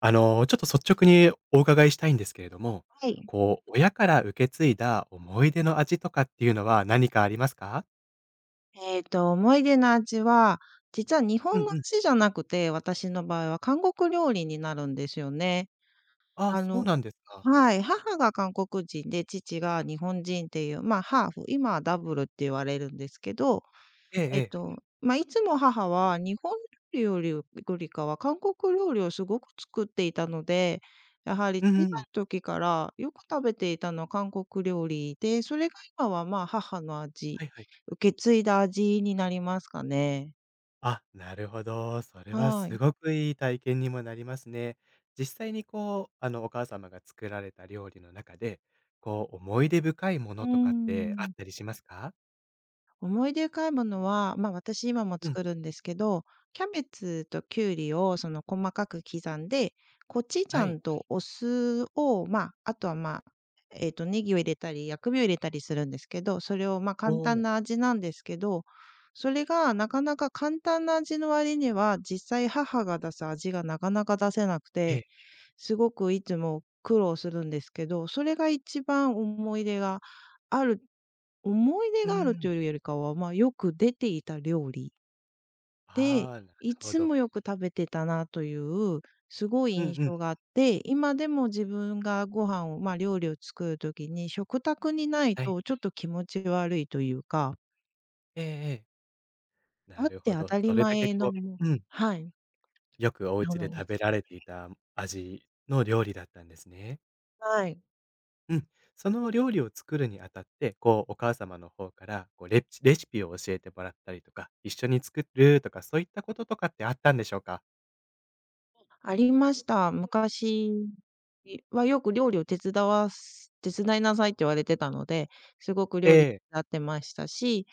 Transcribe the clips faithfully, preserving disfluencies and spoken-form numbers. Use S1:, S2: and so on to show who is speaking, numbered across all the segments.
S1: あの、ちょっと率直にお伺いしたいんですけれども、
S2: はい。
S1: こう、親から受け継いだ思い出の味とかっていうのは何かありますか？
S2: えっと、思い出の味は、実は日
S1: う
S2: 本
S1: ん
S2: の
S1: うん。
S2: 味じゃなくて、私の場合は韓国料理になるんですよね。
S1: ああ、
S2: あ
S1: そう
S2: の
S1: なんですか。
S2: はい、母が韓国人で、父が日本人っていう、まあ、ハーフ、今はダブルって言われるんですけど、
S1: ええ
S2: え
S1: え
S2: っ
S1: え。
S2: と、まあ、いつも母は日本料理よりよりかは韓国料理をすごく作っていたので、やはり
S1: うん
S2: 小
S1: う
S2: さ
S1: ん。
S2: い時からよく食べていたのは韓国料理で、それが今は、ま、母の味、
S1: はいはい。
S2: 受け継いだ味になりますかね。
S1: あ、なるほど。それは
S2: はい。
S1: すごくいい体験にもなりますね。実際にこう、あの、お母様が作られた料理の中で、こう、思い出深いも
S2: うー
S1: のとかってあっ
S2: ん。
S1: たりしますか？
S2: 思い出買い物は、まあ、私今も
S1: うん、
S2: 作るんですけど、キャベツときゅうりをその細かく刻んで、コチュジ
S1: は
S2: ャ
S1: い。
S2: ンとお酢を、まあ、あとは、まあ、えっと、ネギを入れたり、薬味を入れたりするんですけど、それを、まあ、
S1: お
S2: 簡単
S1: お、
S2: な味なんですけど、それがなかなか簡単な味の割には、実際母が出す味がなかなか出せなく
S1: え
S2: て、
S1: え。
S2: すごくいつも苦労するんですけど、それが一番思い出がある思い出
S1: う
S2: があると
S1: ん。
S2: いうよりかは、まあ、よく出ていた料理で、
S1: ああ、なる
S2: い
S1: ほ
S2: つ
S1: ど。
S2: もよく食べてたなという、すごい
S1: うん
S2: 印
S1: うん。
S2: 象があって、今でも自分がご飯を、まあ、料理を作る時に、食卓にない
S1: はい。
S2: とちょっと気持ち悪いというか、
S1: ええええ。
S2: あ
S1: な
S2: っ
S1: る
S2: て
S1: ほ
S2: 当
S1: ど。
S2: たり
S1: それだけ
S2: 前の
S1: こ
S2: も
S1: ううん、
S2: はい。
S1: よくお家
S2: もの
S1: で
S2: で
S1: 食
S2: す
S1: べ
S2: ね。
S1: られていた味の料理だったんですね。
S2: はい。
S1: うん。その料理を作るにあたって、こうお母様の方から、こうレシレシピを教えてもらったりとか、一緒に作るとか、そういったこととかってあったんでしょうか？
S2: ありました。昔はよく料理を手伝わす手伝いなさいって言われてたので、すごく
S1: え
S2: 料理
S1: え。
S2: なってましたし、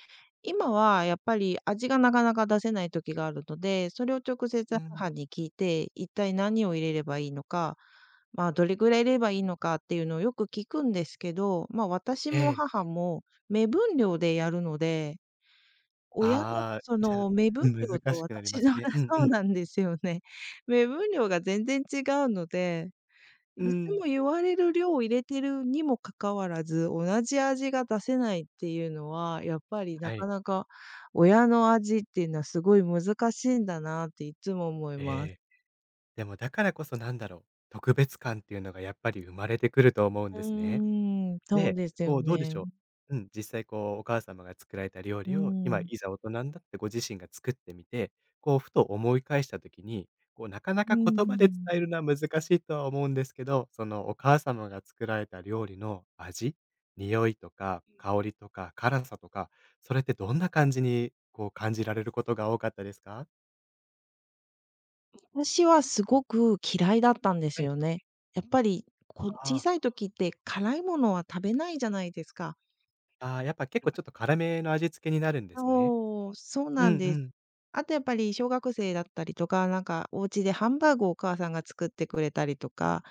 S2: 今はやっぱり味がなかなか出せない時があるので、それを直接
S1: うん。
S2: 母に聞いて、一体何を入れればいいのか、まあ、どれぐらい入れればいいのかっていうのをよく聞くんですけど、まあ、私
S1: え
S2: も
S1: え。
S2: 母も目分量でやるので親の
S1: ああー、
S2: そ
S1: じゃ
S2: の
S1: あ、
S2: 目分
S1: うん、
S2: 量
S1: 難
S2: と
S1: しくなりま
S2: 私
S1: す
S2: の
S1: ね。う ん
S2: そ
S1: う
S2: う
S1: ん。
S2: なんですよね。目分量が全然違うので、
S1: う
S2: いつ
S1: ん。
S2: も言われる量を入れてるにもかかわらず、同じ味が出せないっていうのは、やっぱりな
S1: は
S2: か
S1: い。
S2: なか親の味っていうのはすごい難しいんだなっていつも思い
S1: え
S2: ます。
S1: え。でもだからこそなんだろう、特別感っていうのがやっぱり生まれてくると思うん
S2: う
S1: ですね。
S2: ーん、そう
S1: で、
S2: ですよ
S1: こう、どうでし
S2: ね。
S1: ょう。うん、実際こう、お母様が作られた料
S2: う
S1: 理を、今
S2: ん。
S1: いざ大人になってご自身が作ってみて、こう、ふと思い返した時に、こう、なかなか
S2: う
S1: 言葉で伝
S2: ん。
S1: えるのは難しいとは思うんですけど、そのお母様が作られた料理の味、匂いとか香りとか辛さとか、それってどんな感じに、こう、感じられることが多かったですか？
S2: 私はすごく嫌いだったんです
S1: はい。
S2: よね。やっぱり、こ
S1: あ
S2: 小
S1: あ、
S2: さい時って辛いものは食べないじゃないですか。
S1: ああ、やっぱ結構ちょっと辛めの味付けになるんですね。
S2: そう、そう
S1: う
S2: な
S1: んう
S2: んです。
S1: ん。
S2: あとやっぱり小学生だったりとか、なんかお家でハンバーグをお母さんが作ってくれたりとか、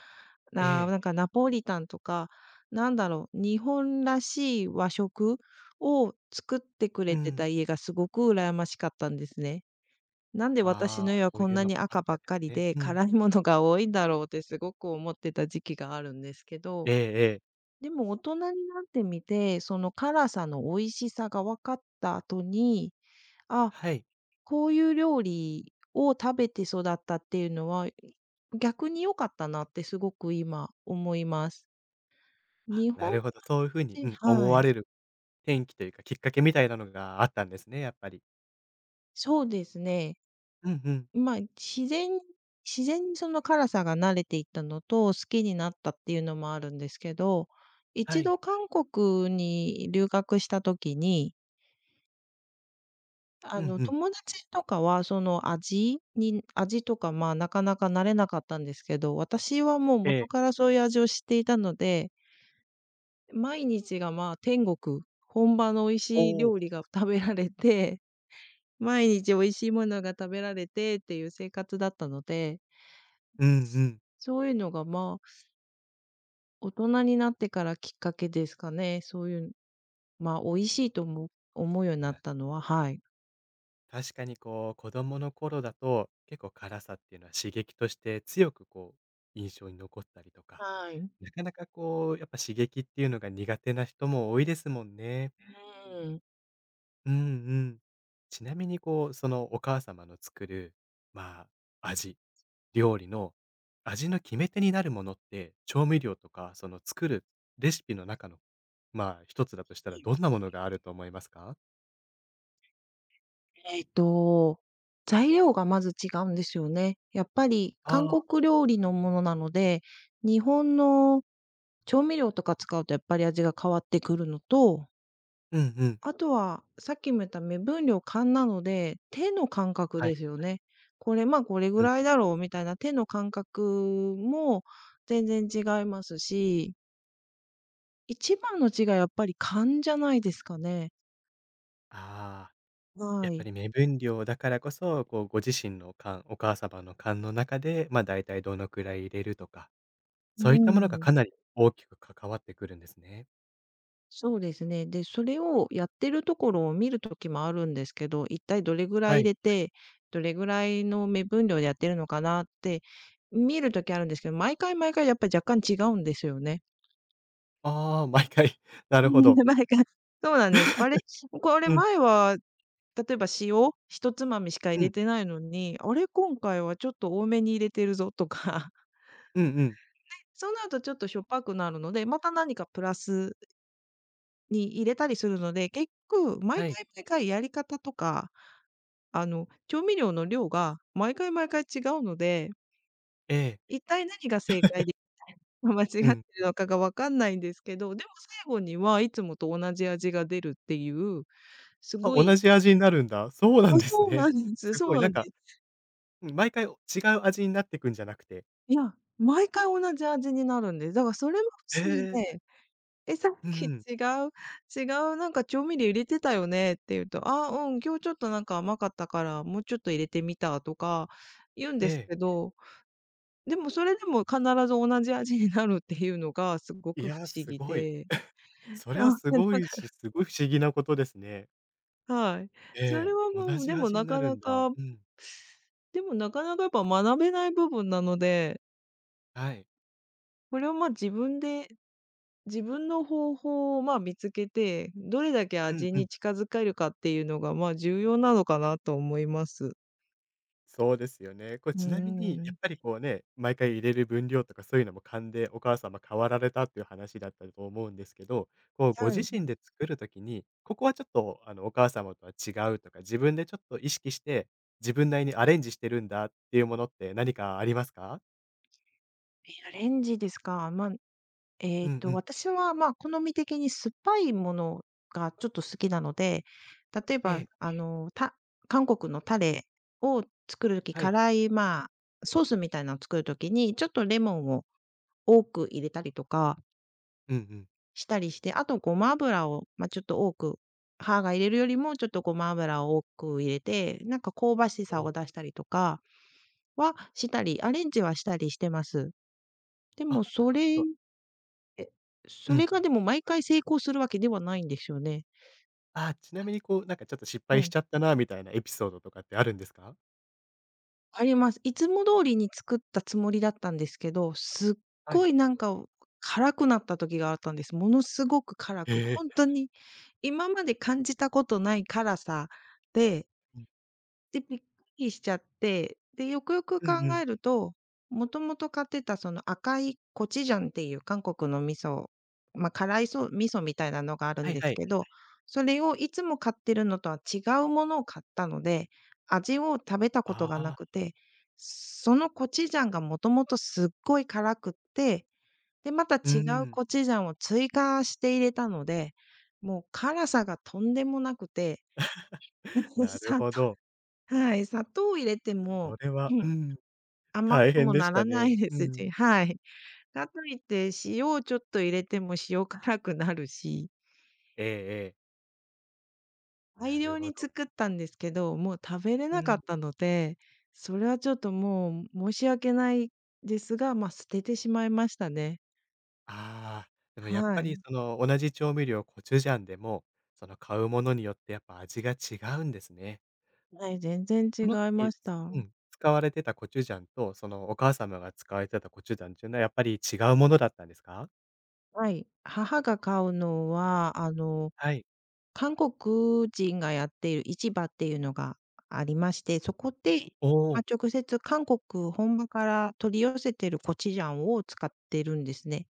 S1: え
S2: な
S1: え。
S2: なんかナポリタンとか、なんだろう、日本らしい和食を作ってくれ
S1: う
S2: て
S1: ん。
S2: た家がすごく羨ましかったんですね。なんで私
S1: ああ、
S2: の家は
S1: そう
S2: こん
S1: いう
S2: な
S1: の
S2: に
S1: もあっ
S2: 赤ば
S1: た
S2: っ
S1: ん
S2: かり
S1: ですね。
S2: で、
S1: うん。
S2: 辛いものが多いんだろうってすごく思ってた時期があるんですけど、
S1: ええええ。
S2: でも大人になってみて、その辛さの美味しさが分かった後に、あ、
S1: はい。
S2: こういう料理を食べて育ったっていうのは、逆に良かったなってすごく今思います。
S1: あ、
S2: 日
S1: な
S2: 本
S1: るほど、そういう風に、
S2: 人。
S1: うん、思
S2: は
S1: わ
S2: い。
S1: れる転機というか、きっかけみたいなのがあったんですね、やっぱり。
S2: そうですね。
S1: うんうん。
S2: まあ、自然に自然にその辛さが慣れていったのと、好きになったっていうのもあるんですけど、
S1: は
S2: 一
S1: い。
S2: 度韓国に留学した時に、あ
S1: うん
S2: の、
S1: うん。
S2: 友達とかはその味に味とか、まあ、なかなか慣れなかったんですけど、私はもう
S1: え
S2: 元か
S1: え。
S2: らそういう味を知っていたので、毎日が、まあ、天国、本場の美味
S1: お
S2: しい
S1: お。
S2: 料理が食べられて、毎日美味しいものが食べられてっていう生活だったので、
S1: うんうん。
S2: そういうのが、まあ、大人になってからきっかけですかね。そういう、まあ、美味しいと思う思うようにな
S1: な
S2: っ
S1: る
S2: たのは、はい。
S1: 確かにこう、子供の頃だと、結構辛さっていうのは刺激として強くこう、印象に残ったりとか、
S2: はい。
S1: なかなかこう、やっぱ刺激っていうのが苦手な人も多いですもんね。
S2: うん。
S1: うんうん。ちなみにこう、そのお母様の作る、まあ、味、料理の味の決め手になるものって、調味料とか、その作るレシピの中の、まあ、一つだとしたらどんなものがあると思いますか？
S2: えっと、材料がまず違うんですよね。やっぱり韓
S1: ああ。
S2: 国料理のものなので、日本の調味料とか使うとやっぱり味が変わってくるのと、
S1: うんうん。
S2: あとは、さっきも言った目分量勘なので、手の感覚
S1: は
S2: で
S1: い。
S2: すよね。これ、ま、あこれぐ
S1: うん。
S2: らいだろうみたいな手の感覚も全然違いますし、一番の違いはやっぱり勘じゃないですかね。
S1: ああ、や
S2: は
S1: っぱ
S2: い。
S1: り目分量だからこそ、こうご自身の勘、お母様の勘の中で、まあ、だいたいどのくらい入れるとか、
S2: う
S1: そういったものが
S2: ん。
S1: かなり大きく関わってくるんですね。
S2: そうですね。で、それをやってるところを見るときもあるんですけど、一体どれぐら
S1: は
S2: い入
S1: い。
S2: れて、どれぐらいの目分量でやってるのかなって見るときあるんですけど、毎回毎回やっぱり若干違うんですよね。
S1: ああ、毎回。なるほ
S2: 前
S1: ど。
S2: がそうなんです。あれ、これ
S1: うん、
S2: 前は、例えば塩、一つまみしか
S1: う
S2: 入れ
S1: ん、
S2: てないのに、あれ、今回はちょっと多めに入れてるぞとか、
S1: うんうん。
S2: そうなるとちょっとしょっぱくなるので、また何かプラスに入れたりするので、結局毎
S1: はい。
S2: 回毎回やり方とか、あの、調味料の量が毎回毎回違うので、
S1: ええ、
S2: 一体何が正解で、間違って
S1: う
S2: る
S1: ん。
S2: のかがわかんないんですけど、でも最後にはいつもと同じ味が出るっていう、す
S1: あ、
S2: ごい。
S1: 同じ味になるんだ。そうな
S2: あ、
S1: んです
S2: そうな
S1: ね。
S2: んで す。
S1: す
S2: そ
S1: ごい
S2: うな
S1: なん
S2: んで
S1: か、
S2: す。
S1: うん、毎回違う味になってくんじゃなくて。
S2: いや、毎回同じ味になるんです。だからそれも
S1: へ
S2: 不思議
S1: え、
S2: で、「え、さっ
S1: う
S2: き違
S1: ん
S2: う違うなんか調味料入れてたよね」って言うと、「あ、うん、今日ちょっとなんか甘かったから、もうちょっと入れてみた」とか言うん
S1: え
S2: です
S1: え。
S2: けど、でもそれでも必ず同じ味になるっていうのがすご
S1: い
S2: く不
S1: や、
S2: 思
S1: す
S2: 議
S1: ごい。
S2: で。
S1: それは
S2: あ、
S1: す
S2: だ
S1: ごいし、
S2: か
S1: すごい不思議なことですね。
S2: らはい。それ
S1: ええ、
S2: は
S1: 同
S2: もう、で
S1: じ
S2: も
S1: 味に
S2: な
S1: な
S2: か
S1: る
S2: な
S1: んだ。
S2: か
S1: うん。
S2: でもなかなかやっぱ学べない部分なので、
S1: はい。
S2: これをま、自分で自分の方法を、まあ、見つけて、どれだけ
S1: うん
S2: 味
S1: う
S2: に
S1: ん。
S2: 近づけるかっていうのが、まあ、重要なのかなと思います。
S1: そうですよね。これ
S2: うー
S1: ちなみに、や
S2: ん。
S1: っぱりこうね、毎回入れる分量とかそういうのも勘でお母様変わられたっていう話だったと思うんですけど、こうご
S2: は
S1: 自
S2: い。
S1: 身で作るときに、ここはちょっとあのお母様とは違うとか、自分でちょっと意識して、自分なりにアレンジしてるんだっていうものって何かありますか？
S2: え、アレンジですか。まあ、え
S1: う
S2: っ
S1: んう
S2: と、
S1: ん。
S2: 私は、まあ、好み的に酸っぱいものがちょっと好きなので、例え
S1: え
S2: ば、
S1: え、
S2: あの、た韓国のタレを作るとき
S1: はい。
S2: 辛い、まあ、ソースみたいなのを作るときに、ちょっとレモンを多く入れたりとか
S1: うんうん。
S2: したりして、あとごま油を、まあ、ちょっと多く、歯が入れるよりもちょっとごま油を多く入れて、なんか香ばしさ
S1: お
S2: を
S1: お、
S2: 出したりとかはしたり、アレンジはしたりしてます。でも
S1: あ、な
S2: そ
S1: るほ
S2: れ
S1: ど。
S2: え、そ
S1: う
S2: れ
S1: ん。
S2: がでも毎回成功するわけではないんですよね。
S1: あ、ちなみにこうなんかちょっと失
S2: は
S1: 敗し
S2: い。
S1: ちゃったなみたいなエピソードとかってあるんですか？
S2: あります。いつも通りに作ったつもりだったんですけど、すっ
S1: は
S2: ご
S1: い。
S2: いなんか辛くなった時があったんです。ものすごく辛く、
S1: へえ。
S2: 本当に今まで感じたことない辛さで
S1: うん。
S2: で、びっくりしちゃって、で、よくよく
S1: う
S2: 考
S1: んう
S2: え
S1: ん。
S2: ると、もともと買ってたその赤いコチュジャンっていう韓国の味噌、ま、辛いそう味噌みたいなのがある
S1: は
S2: ん
S1: い
S2: で
S1: は
S2: す
S1: い。
S2: けど、それをいつも買ってるのとは違うものを買ったので、味を食べたこと
S1: あ
S2: がな
S1: あ。
S2: くて、そのコチュジャンがもともとすっごい辛くって、で、また
S1: うー
S2: 違う
S1: ん。
S2: コチュジャンを追加して入れたので、もう辛さがとんでもなくて、
S1: なる
S2: さ
S1: ほど。
S2: はい、砂糖を入れても、
S1: これは、
S2: う
S1: う
S2: ん、
S1: ん、
S2: 甘
S1: 大
S2: く
S1: 変
S2: も
S1: でし
S2: な
S1: た
S2: らな
S1: ね。
S2: いで
S1: う
S2: すし、
S1: ん。
S2: はい。かといって塩をちょっと入れても塩辛くなるし、
S1: ええええ。
S2: 大
S1: なる
S2: 量
S1: ほ
S2: に
S1: ど。
S2: 作ったんですけど、もう食べれ
S1: う
S2: なかっ
S1: ん。
S2: たので、それはちょっともう申し訳ないですが、ま、捨ててしまいましたね。
S1: ああ、でもやっ
S2: は
S1: ぱり
S2: い。
S1: その同じ調味料、コチュジャンでも、その買うものによってやっぱ味が違うんですね。
S2: はい、全然違
S1: その
S2: いま
S1: 時、
S2: した。
S1: うん、使われてたコチュジャンと、そのお母様が使われてたコチュジャンっていうのはやっぱり違うものだったんですか？
S2: はい。母が買うのは、あの
S1: はい。
S2: 韓国人がやっている市場っていうのがありまして、そこで、
S1: お
S2: ま、
S1: お。
S2: 直接韓国本場から取り寄せてるコチュジャンを使ってるんですね。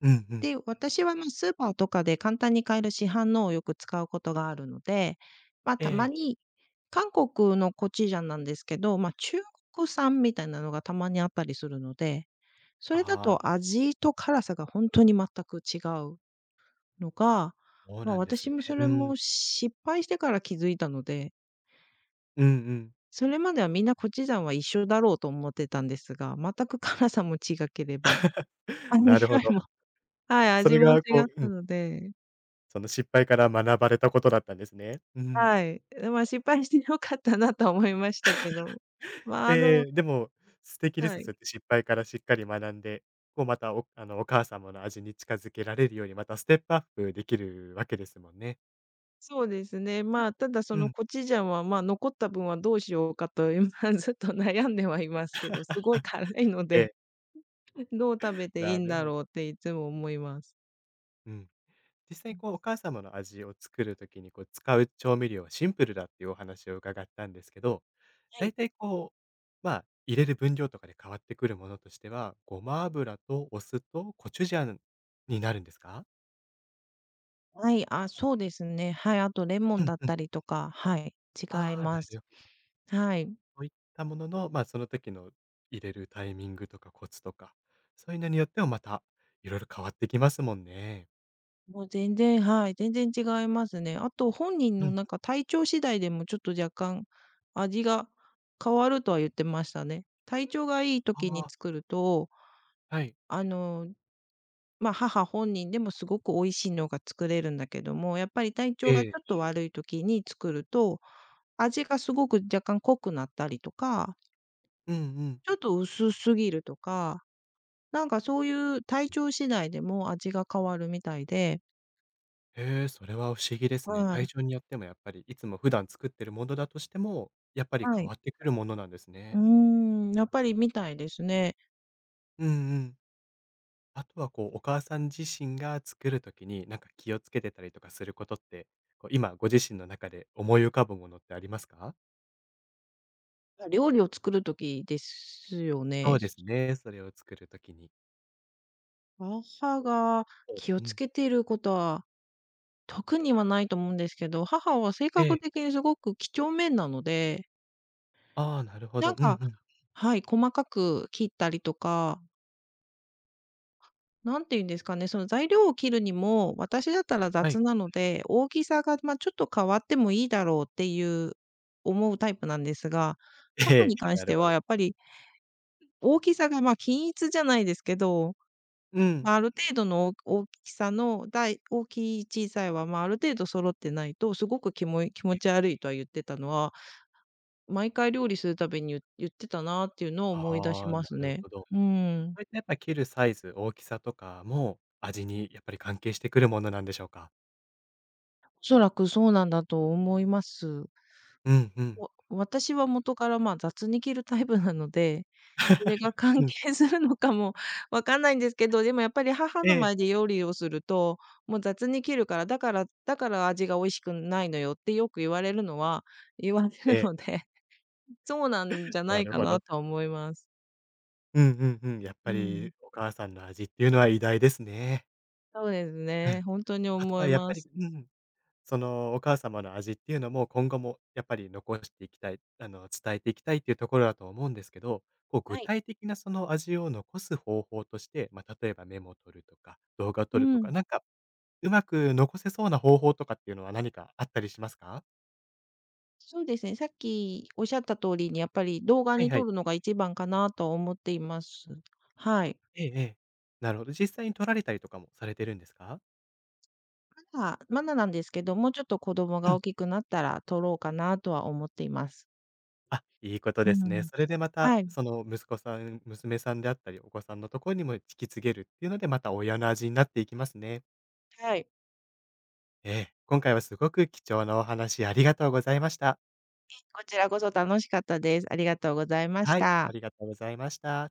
S1: うんうん。
S2: で、私は、ま、スーパーとかで簡単に買える市販のをよく使うことがあるので、ま、
S1: え
S2: たま
S1: え。
S2: に韓国のコチュジャンなんですけど、ま、中国産みたいなのがたまにあったりするので、それだ
S1: あ
S2: と
S1: あ、
S2: 味と辛さがほんとに全く違うのが、
S1: そう
S2: まあ、
S1: なんです
S2: 私
S1: ね。
S2: もそ
S1: う
S2: れ
S1: ん。
S2: も失敗してから気づいたので、
S1: うんうん。
S2: それまではみんなコチュジャンは一緒だろうと思ってたんですが、全く辛さも違ければ、あ、匂
S1: なるほ
S2: い
S1: ど。
S2: もはい、
S1: そ
S2: 味
S1: れ
S2: も違
S1: が
S2: っ
S1: こうう
S2: た
S1: ん。
S2: ので、
S1: その失敗から学ばれたことだったんですね。うん。
S2: はい。で、まあ、失敗して良かったなとは思いましたけど、まあ、あの
S1: ええ、でも、素敵で
S2: は
S1: す。そ
S2: い、
S1: うやって失敗からしっかり学んで、こうまた、おあの、お母様の味に近づけられるように、またステップアップできるわけですもんね。
S2: そうですね。まあ、ただそ
S1: う
S2: の
S1: ん。
S2: コチュジャンは、まあ、残った分はどうしようかと今ずっと悩んではいますけど、すごい辛いの
S1: え
S2: で、
S1: え、
S2: どう食べていい
S1: な
S2: ん
S1: る
S2: だ
S1: ほど。
S2: ろうっていつも思います。
S1: うん。実際こう、お母様の味を作る時に、こう、使う調味料はシンプルだっていうお話を伺ったんですけど、
S2: は
S1: だい
S2: い。
S1: たいこう、まあ、入れる分量とかで変わってくるものとしては、ごま油とお酢とコチュジャンになるんですか？
S2: はい、あ、そうですね。はい、あとレモ
S1: う
S2: ン
S1: ん
S2: だっ
S1: うん。
S2: たりとか、はい、違い
S1: ああ、な
S2: ます。
S1: るほど。
S2: はい、
S1: そういったものの、まあ、その時の入れるタイミングとかコツとか、そういうのによってもまたいろいろ変わってきますもんね。
S2: もう全然、はい、全然違いますね。あと本人
S1: う
S2: の
S1: ん。
S2: なんか体調次第でもちょっと若干味が変わるとは言ってましたね。体調がいい時
S1: あ
S2: に
S1: あ、
S2: 作ると、
S1: はい。
S2: あの、ま、母本人でもすごく美味しいのが作れるんだけども、やっぱり体
S1: え
S2: 調がち
S1: え。
S2: ょっと悪い時に作ると、味がすごく若干濃くなったりとか、
S1: うんうん。
S2: ちょっと薄すぎるとかなんかそういう体調次第でも味が変わるみたいで、
S1: へえ、それは不思議ですね。
S2: は
S1: 体
S2: い。
S1: 調によってもやっぱりいつも普段作ってるものだとしても、やっぱり
S2: は
S1: 変
S2: い。
S1: わってくるものなんです
S2: うー
S1: ね。
S2: ん、やっぱりみたいですね。
S1: うんうん。あとはこう、お母さん自身が作る時に、なんか気をつけてたりとかすることって、こう、今ご自身の中で思い浮かぶものってありますか？
S2: 料理を作る時ですよ
S1: そ
S2: ね。
S1: うですね、それを作る時に。
S2: 母が
S1: そうで
S2: 気
S1: す。
S2: を
S1: う
S2: つ
S1: ん。
S2: けていることは、特にはないと思うんですけど、母は性
S1: え
S2: 格
S1: え。
S2: 的にすごく几帳面なので、
S1: ああ、なるほ
S2: な
S1: ど。
S2: ん
S1: うん
S2: か
S1: うん。
S2: はい、細かく切ったりとかなんて言うんですかね、その材料を切るにも、私だったら
S1: は
S2: 雑
S1: い。
S2: なので、大きさが、ま、ちょっと変わってもいいだろうっていう思うタイプなんですが、
S1: え
S2: 母
S1: え、
S2: に関し
S1: な
S2: て
S1: るほ
S2: は
S1: ど。
S2: やっぱり大きさが、ま、均一じゃないですけど、
S1: うん。
S2: ま、ある程度のお大きさの大大きい小さいは、ま、ある程度揃ってないと、すごくきもい気持ち悪いとは言ってたのは、毎回料理するたびにゆ言ってたなっていうのを思い出し
S1: ああ、
S2: ま
S1: な
S2: す
S1: る
S2: ね。
S1: ほど。
S2: うーん。
S1: そういったやっぱ切るサイズ、大きさとかも、味にやっぱり関係してくるものなんでしょうか？
S2: おそらくそうなんだと思います。
S1: うんうん。
S2: もう、私は元から、ま、雑に着るタイプなので、それが関
S1: うん。
S2: 係するのかもわかんないんですけど、でもやっぱり母の
S1: ええ、
S2: 前で料理をすると、もう雑に切るから、だからだから味が美味しくないのよってよく言われるのは言われ
S1: え
S2: る
S1: え、
S2: ので、そうなんじゃな
S1: な
S2: い
S1: る
S2: か
S1: ほ
S2: な
S1: ど。
S2: とは思います。
S1: うんうんうん。やっ
S2: う
S1: ぱ
S2: ん。
S1: りお母さんの味っていうのは偉大ですね。
S2: そうです
S1: う
S2: ね、
S1: ん。
S2: ほんとに
S1: あと
S2: 思い
S1: はやっ
S2: ま
S1: ぱり
S2: す。
S1: うん。そのお母様の味っていうのも、今後もやっぱり残していきたい、あの、伝えていきたいっていうところだと思うんですけど、こう具
S2: はい。
S1: 体的なその味を残す方法として、まあ、例えばメモを取るとか、動画を
S2: う
S1: 撮るとか、
S2: ん。
S1: なんかうまく残せそうな方法とかっていうのは何かあったりしますか？
S2: そうですね、さっきおっしゃった通りにやっぱり動画
S1: はい
S2: に
S1: は
S2: 撮
S1: い。
S2: るのが一番かなと思っています。はい。
S1: ええええ。なるほど。実際に撮られたりとかもされてるんですか？
S2: まだまだなんですけど、もうちょっと子供
S1: う
S2: が
S1: ん。
S2: 大きくなったら取ろうかなとは思っています。
S1: あ、いいこと
S2: う
S1: ですね。
S2: ん。
S1: それでまた、
S2: はい、
S1: その息子さん、娘さんであったり、お子さんのところにも引き継げるっていうので、また親の味になっていきますね。
S2: はい。
S1: ええ、今回はすごく貴重なお話ありがとうございました。
S2: こちらこそ楽しかったです。ありがとうございまし
S1: はい。
S2: た。
S1: ありがとうございました。